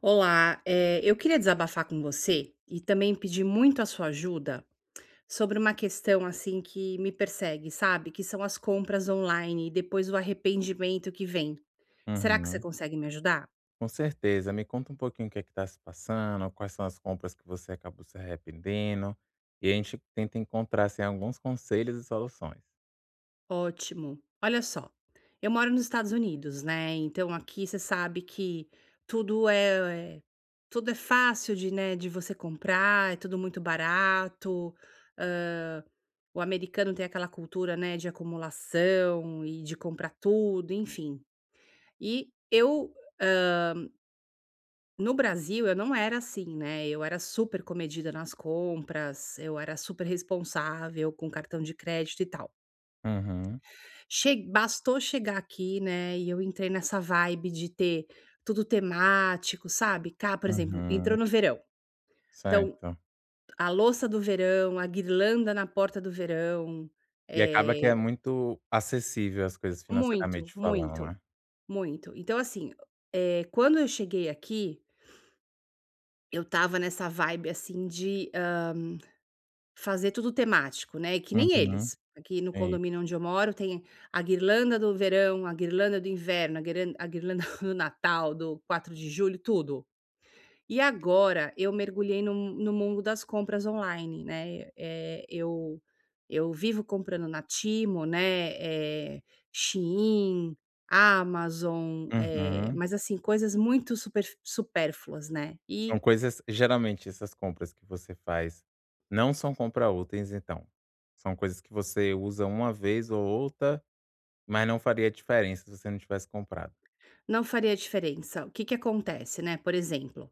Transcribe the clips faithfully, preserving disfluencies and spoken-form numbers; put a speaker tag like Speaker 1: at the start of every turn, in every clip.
Speaker 1: Olá, eh, eu queria desabafar com você e também pedir muito a sua ajuda sobre uma questão assim que me persegue, sabe? Que são as compras online e depois o arrependimento que vem. Será que você
Speaker 2: Uhum,
Speaker 1: consegue me ajudar?
Speaker 2: com certeza. Me conta um pouquinho o que é que tá se passando, quais são as compras que você acabou se arrependendo, e a gente tenta encontrar, assim, alguns conselhos e soluções.
Speaker 1: Ótimo. Olha só, eu moro nos Estados Unidos, né, então aqui você sabe que tudo é é tudo é fácil de, né, de você comprar, é tudo muito barato. hã, o americano tem aquela cultura, né, de acumulação e de comprar tudo, enfim. E eu, no Brasil eu não era assim, né, eu era super comedida nas compras, eu era super responsável com cartão de crédito e tal.
Speaker 2: Uhum,
Speaker 1: Che Bastou chegar aqui, né, e eu entrei nessa vibe de ter tudo temático, sabe, ca por exemplo, entrou
Speaker 2: uhum,
Speaker 1: no verão, então
Speaker 2: certo.
Speaker 1: a louça do verão, a guirlanda na porta do verão.
Speaker 2: E acaba que é
Speaker 1: eh,
Speaker 2: muito acessível as coisas
Speaker 1: Muito,
Speaker 2: financeiramente falando,
Speaker 1: muito,
Speaker 2: né.
Speaker 1: muito. Então assim, eh, quando eu cheguei aqui, eu estava nessa vibe, assim, de fazer tudo temático, né, e que nem
Speaker 2: Uhum,
Speaker 1: eles. Aqui no
Speaker 2: sim.
Speaker 1: condomínio onde eu moro tem a guirlanda do verão, a guirlanda do inverno, a guiran a guirlanda do Natal, do quatro de julho, tudo. E agora eu mergulhei no no mundo das compras online, né, eh, eu eu vivo comprando na Timo, né, eh, Shein, Amazon, eh,
Speaker 2: Uhum.
Speaker 1: mas assim, coisas muito super supérfluas, né, e
Speaker 2: São coisas geralmente essas compras que você faz não são compra úteis então? São coisas que você usa uma vez ou outra, mas não faria diferença se você não tivesse comprado?
Speaker 1: não faria diferença. O que que acontece, né? Por exemplo,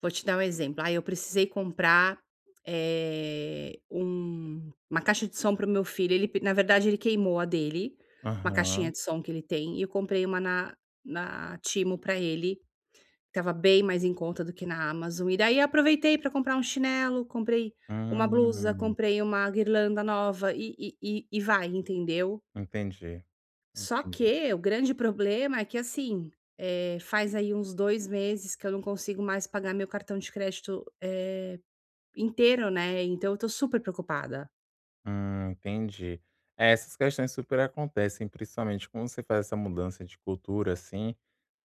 Speaker 1: vou te dar um exemplo, ah, eu precisei comprar, eh, um uma caixa de som para o meu filho. Ele pe Na verdade ele queimou a dele, uma caixinha
Speaker 2: Aham.
Speaker 1: de som que ele tem, e eu comprei uma na na Temu pra ele. Tava bem mais em conta do que na Amazon, e daí aproveitei para comprar um chinelo, comprei uma blusa,
Speaker 2: Hum,
Speaker 1: comprei uma guirlanda nova e e e e vai, entendeu?
Speaker 2: entendi,
Speaker 1: Só
Speaker 2: entendi.
Speaker 1: que o grande problema é que, assim, eh, faz aí uns dois meses que eu não consigo mais pagar meu cartão de crédito, eh, inteiro, né, então eu tô super preocupada.
Speaker 2: Hum, entendi. É, essas questões super acontecem, principalmente quando você faz essa mudança de cultura, assim,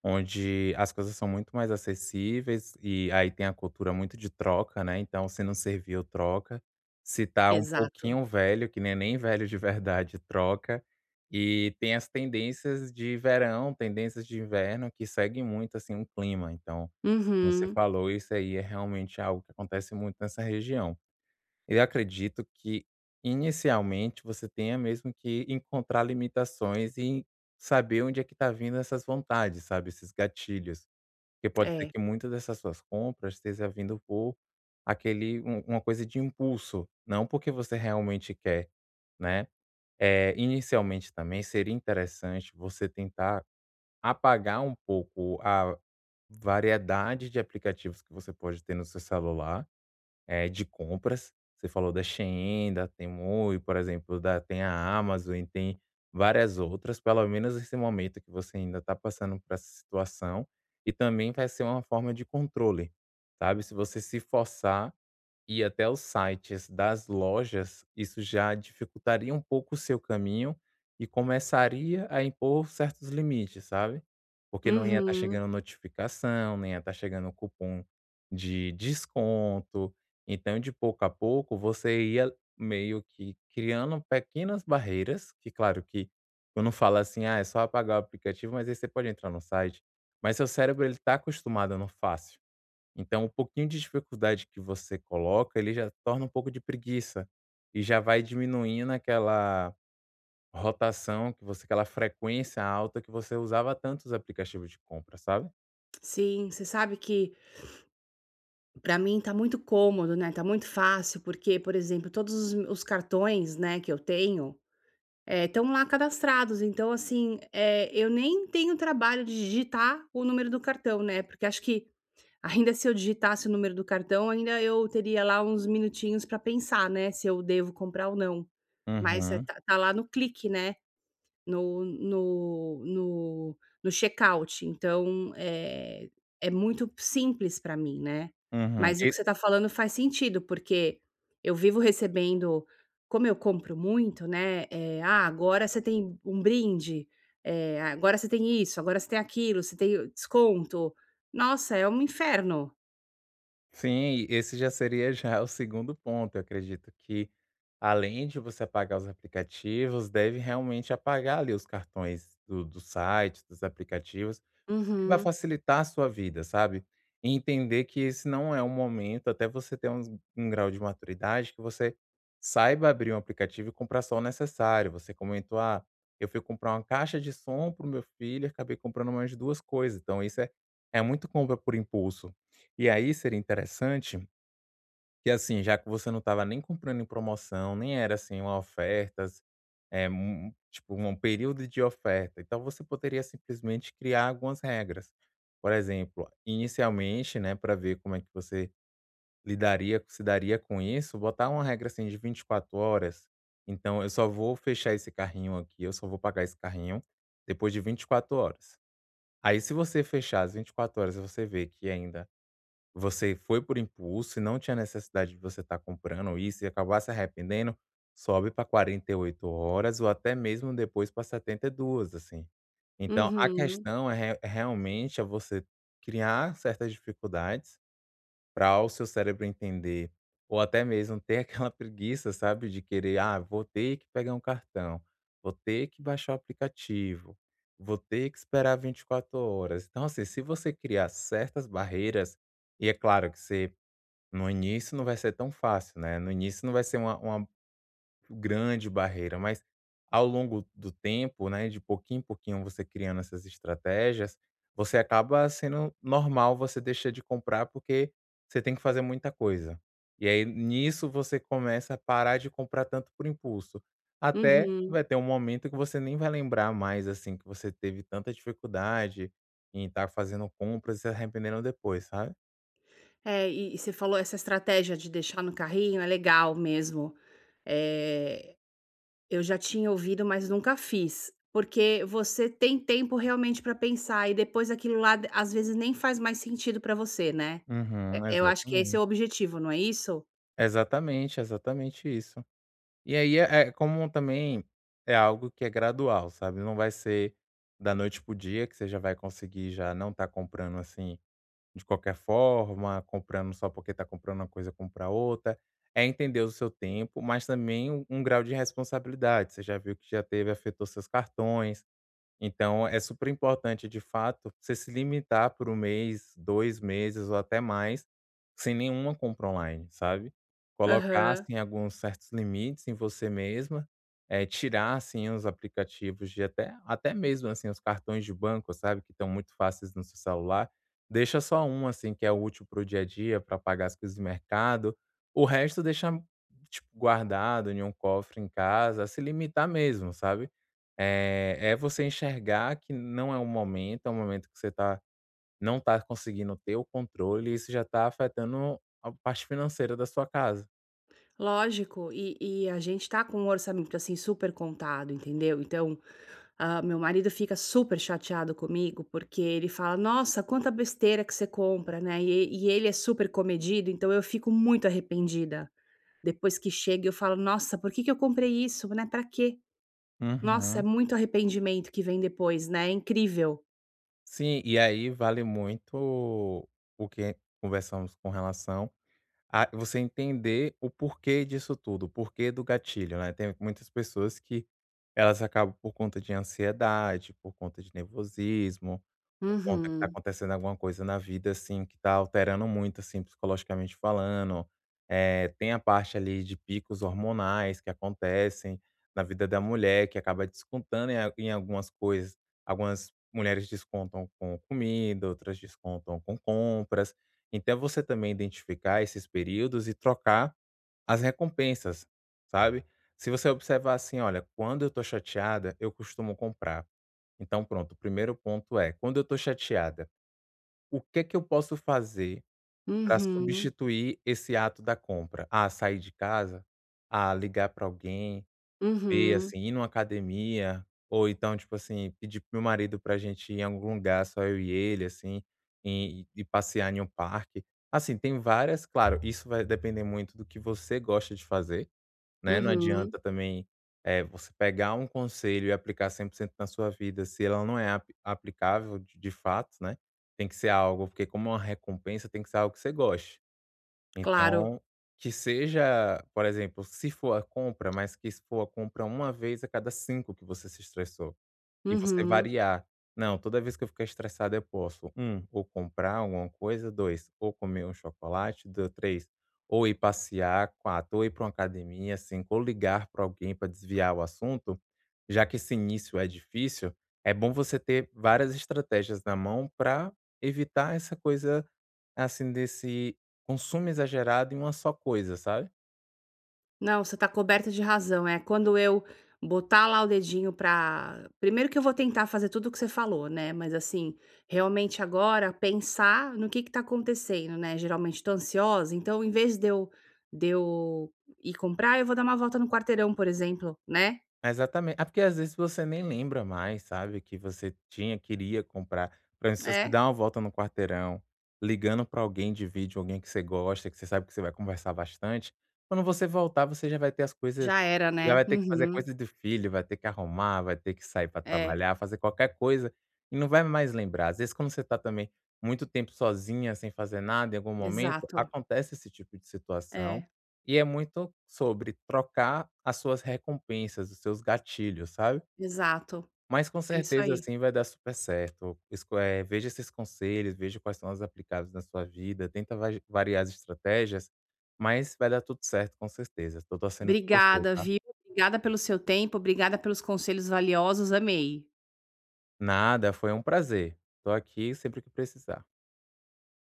Speaker 2: onde as coisas são muito mais acessíveis e aí tem a cultura muito de troca, né, então se não serviu, troca. Se tá um
Speaker 1: Exato.
Speaker 2: pouquinho velho, que nem é nem velho de verdade, troca. E tem as tendências de verão, tendências de inverno que seguem muito, assim, um clima, então, como você
Speaker 1: Uhum.
Speaker 2: falou, isso aí é realmente algo que acontece muito nessa região. Eu acredito que, inicialmente, você tenha mesmo que encontrar limitações e saber onde é que está vindo essas vontades, sabe, esses gatilhos. Porque pode ser
Speaker 1: É.
Speaker 2: que muitas dessas suas compras esteja vindo por aquele um uma coisa de impulso, não porque você realmente quer, né. É, inicialmente também seria interessante você tentar apagar um pouco a variedade de aplicativos que você pode ter no seu celular, é de compras. Você falou da Shein, da Temu e, por exemplo, da tem a Amazon e tem várias outras, pelo menos nesse momento que você ainda está passando por essa situação, e também vai ser uma forma de controle, sabe. Se você se forçar e até os sites das lojas, isso já dificultaria um pouco o seu caminho e começaria a impor certos limites, sabe? Porque não ia estar
Speaker 1: Uhum.
Speaker 2: chegando notificação, nem ia estar chegando cupom de desconto. Então, de pouco a pouco, você ia meio que criando pequenas barreiras, que claro que eu não falo assim, ah, é só apagar o aplicativo, mas aí você pode entrar no site. Mas seu cérebro ele está acostumado no fácil. Então, um pouquinho de dificuldade que você coloca, ele já torna um pouco de preguiça e já vai diminuindo aquela rotação que você aquela frequência alta que você usava tanto os aplicativos de compra, sabe?
Speaker 1: Sim, você sabe que pra mim tá muito cômodo, né, tá muito fácil, porque, por exemplo, todos os os cartões, né, que eu tenho, eh, estão lá cadastrados, então, assim, eh, eu nem tenho trabalho de digitar o número do cartão, né, porque acho que ainda se eu digitasse o número do cartão, ainda eu teria lá uns minutinhos para pensar, né, se eu devo comprar ou não. Mas é
Speaker 2: Uhum,
Speaker 1: tá tá lá no clique, né, no no no no checkout, então, é é muito simples para mim, né.
Speaker 2: uhum.
Speaker 1: Mas o que você tá falando faz sentido, porque eu vivo recebendo, como eu compro muito, né, eh, "Ah, agora você tem um brinde, eh, agora você tem isso, agora você tem aquilo, você tem desconto". Nossa, é um inferno.
Speaker 2: Sim, esse já seria já o segundo ponto. Eu acredito que, além de você apagar os aplicativos, deve realmente apagar ali os cartões do, do site, dos aplicativos, o que vai
Speaker 1: Uhum,
Speaker 2: facilitar a sua vida, sabe? E entender que esse não é um momento, até você ter um, um grau de maturidade, que você saiba abrir um aplicativo e comprar só o necessário. Você comentou, ah, eu fui comprar uma caixa de som para o meu filho, e acabei comprando mais duas coisas. Então, isso é, é muito compra por impulso e aí seria interessante que, assim, já que você não estava nem comprando em promoção, nem era assim uma oferta, eh, um tipo um período de oferta, então você poderia simplesmente criar algumas regras. Por exemplo, inicialmente, né, para ver como é que você lidaria se daria com isso, botar uma regra assim de vinte e quatro horas. Então eu só vou fechar esse carrinho aqui, eu só vou pagar esse carrinho depois de vinte e quatro horas. Aí se você fechar as vinte e quatro horas e você vê que ainda você foi por impulso e não tinha necessidade de você estar comprando isso e acabar se arrependendo, sobe para quarenta e oito horas ou até mesmo depois para setenta e duas assim. Então a
Speaker 1: uhum,
Speaker 2: questão é re realmente é você criar certas dificuldades para o seu cérebro entender, ou até mesmo ter aquela preguiça, sabe, de querer: "Ah, vou ter que pegar um cartão, vou ter que baixar o aplicativo, vou ter que esperar vinte e quatro horas". Então, assim, se você criar certas barreiras, e é claro que você no início não vai ser tão fácil, né, no início não vai ser uma uma grande barreira, mas ao longo do tempo, né, de pouquinho em pouquinho você criando essas estratégias, você acaba sendo normal você deixar de comprar, porque você tem que fazer muita coisa. E aí nisso você começa a parar de comprar tanto por impulso. Até
Speaker 1: uhum.
Speaker 2: vai ter um momento que você nem vai lembrar mais, assim, que você teve tanta dificuldade em estar fazendo compras e se arrependeram depois, sabe?
Speaker 1: É, e e você falou, essa estratégia de deixar no carrinho é legal mesmo. é eu já tinha ouvido, mas nunca fiz, porque você tem tempo realmente para pensar e depois aquilo lá d às vezes nem faz mais sentido para você, né.
Speaker 2: Uhum,
Speaker 1: Eh, eu acho que esse é o
Speaker 2: exatamente.
Speaker 1: objetivo, não é isso?
Speaker 2: Exatamente, exatamente isso. E aí é é como também é algo que é gradual, sabe, não vai ser da noite pro dia que você já vai conseguir já não tá comprando, assim, de qualquer forma, comprando só porque tá comprando uma coisa, comprar outra. É entender o seu tempo, mas também um um grau de responsabilidade. Você já viu que já teve afetou seus cartões, então é super importante, de fato, você se limitar por um mês, dois meses ou até mais, sem nenhuma compra online, sabe. Colocar,
Speaker 1: Aham,
Speaker 2: assim, alguns certos limites em você mesma, eh, tirar, assim, os aplicativos de até até mesmo, assim, os cartões de banco, sabe, que estão muito fáceis no seu celular. Deixa só um, assim, que é útil para o dia a dia, para pagar as coisas de mercado. O resto deixa, tipo, guardado em um cofre em casa, se limitar mesmo, sabe. Eh, é você enxergar que não é um momento, é um momento que você tá não está conseguindo ter o controle, e isso já está afetando a parte financeira da sua casa.
Speaker 1: lógico, e e a gente tá com um orçamento, assim, super contado, entendeu? Então, ah, meu marido fica super chateado comigo, porque ele fala: "Nossa, quanta besteira que você compra, né?" E, e ele é super comedido, então eu fico muito arrependida. Depois que chega, eu falo: "Nossa, por que, que eu comprei isso, né? Pra quê?" Nossa, é
Speaker 2: Uhum.
Speaker 1: muito arrependimento que vem depois, né? É incrível.
Speaker 2: Sim, e aí vale muito o que conversamos com relação, ah, você entender o porquê disso tudo, o porquê do gatilho, né. Tem muitas pessoas que elas acabam por conta de ansiedade, por conta de nervosismo, por conta que tá
Speaker 1: Uhum,
Speaker 2: acontecendo alguma coisa na vida, assim, que tá alterando muito, assim, psicologicamente falando. Eh, tem a parte ali de picos hormonais que acontecem na vida da mulher, que acaba descontando em a em algumas coisas. Algumas mulheres descontam com comida, outras descontam com compras. Então é você também identificar esses períodos e trocar as recompensas, sabe. Se você observar assim: "Olha, quando eu estou chateada, eu costumo comprar". Então pronto, o primeiro ponto é: quando eu estou chateada, o que é que eu posso fazer para
Speaker 1: uhum,
Speaker 2: substituir esse ato da compra? Ah, sair de casa? Ah, ligar para alguém? Comer,
Speaker 1: uhum,
Speaker 2: assim, ir numa academia, ou então, tipo assim, pedir pro meu marido pra gente ir em algum lugar, só eu e ele, assim, e e passear em um parque. Assim, tem várias, claro, isso vai depender muito do que você gosta de fazer, né, não
Speaker 1: uhum.
Speaker 2: adianta também, eh, você pegar um conselho e aplicar cem por cento na sua vida se ela não é apli aplicável de de fato, né. Tem que ser algo porque como é uma recompensa, tem que ser algo que você goste.
Speaker 1: Claro.
Speaker 2: Então, que seja, por exemplo, se for a compra, mas que se for a compra uma vez a cada cinco que você se estressou. E você
Speaker 1: Uhum.
Speaker 2: variar. Não, toda vez que eu ficar estressado eu posso, um, ou comprar alguma coisa, dois, ou comer um chocolate, do três, ou ir passear, quatro, ou ir para uma academia, cinco, ou ligar para alguém para desviar o assunto, já que esse início é difícil, é bom você ter várias estratégias na mão para evitar essa coisa, assim, desse consumo exagerado em uma só coisa, sabe?
Speaker 1: Não, você tá coberta de razão. É, quando eu botar lá o dedinho pra primeiro, que eu vou tentar fazer tudo o que você falou, né, mas, assim, realmente agora pensar no que que tá acontecendo, né, geralmente tô ansiosa, então em vez de eu de eu ir comprar, eu vou dar uma volta no quarteirão, por exemplo, né.
Speaker 2: Exatamente. Ah, porque às vezes você nem lembra mais, sabe, que você tinha queria comprar. Por exemplo, se você
Speaker 1: É,
Speaker 2: dá uma volta no quarteirão, ligando para alguém de vídeo, alguém que você gosta, que você sabe que você vai conversar bastante, quando você voltar, você já vai ter as coisas,
Speaker 1: já era,
Speaker 2: já
Speaker 1: né.
Speaker 2: vai ter que fazer
Speaker 1: Uhum.
Speaker 2: coisa do filho, vai ter que arrumar, vai ter que sair para
Speaker 1: É,
Speaker 2: trabalhar, fazer qualquer coisa, e não vai mais lembrar. Às vezes quando você tá também muito tempo sozinha, sem fazer nada, em algum momento,
Speaker 1: exato.
Speaker 2: acontece esse tipo de situação
Speaker 1: É,
Speaker 2: e é muito sobre trocar as suas recompensas, os seus gatilhos, sabe.
Speaker 1: exato.
Speaker 2: Mas com
Speaker 1: É isso
Speaker 2: certeza,
Speaker 1: aí.
Speaker 2: assim, vai dar super certo. Esco eh, veja esses conselhos, veja quais são os aplicados na sua vida, tenta va variar as estratégias, mas vai dar tudo certo com certeza. Estou torcendo por você,
Speaker 1: Obrigada,
Speaker 2: tá.
Speaker 1: viu. Obrigada pelo seu tempo, obrigada pelos conselhos valiosos, amei.
Speaker 2: Nada, foi um prazer. Estou aqui sempre que precisar.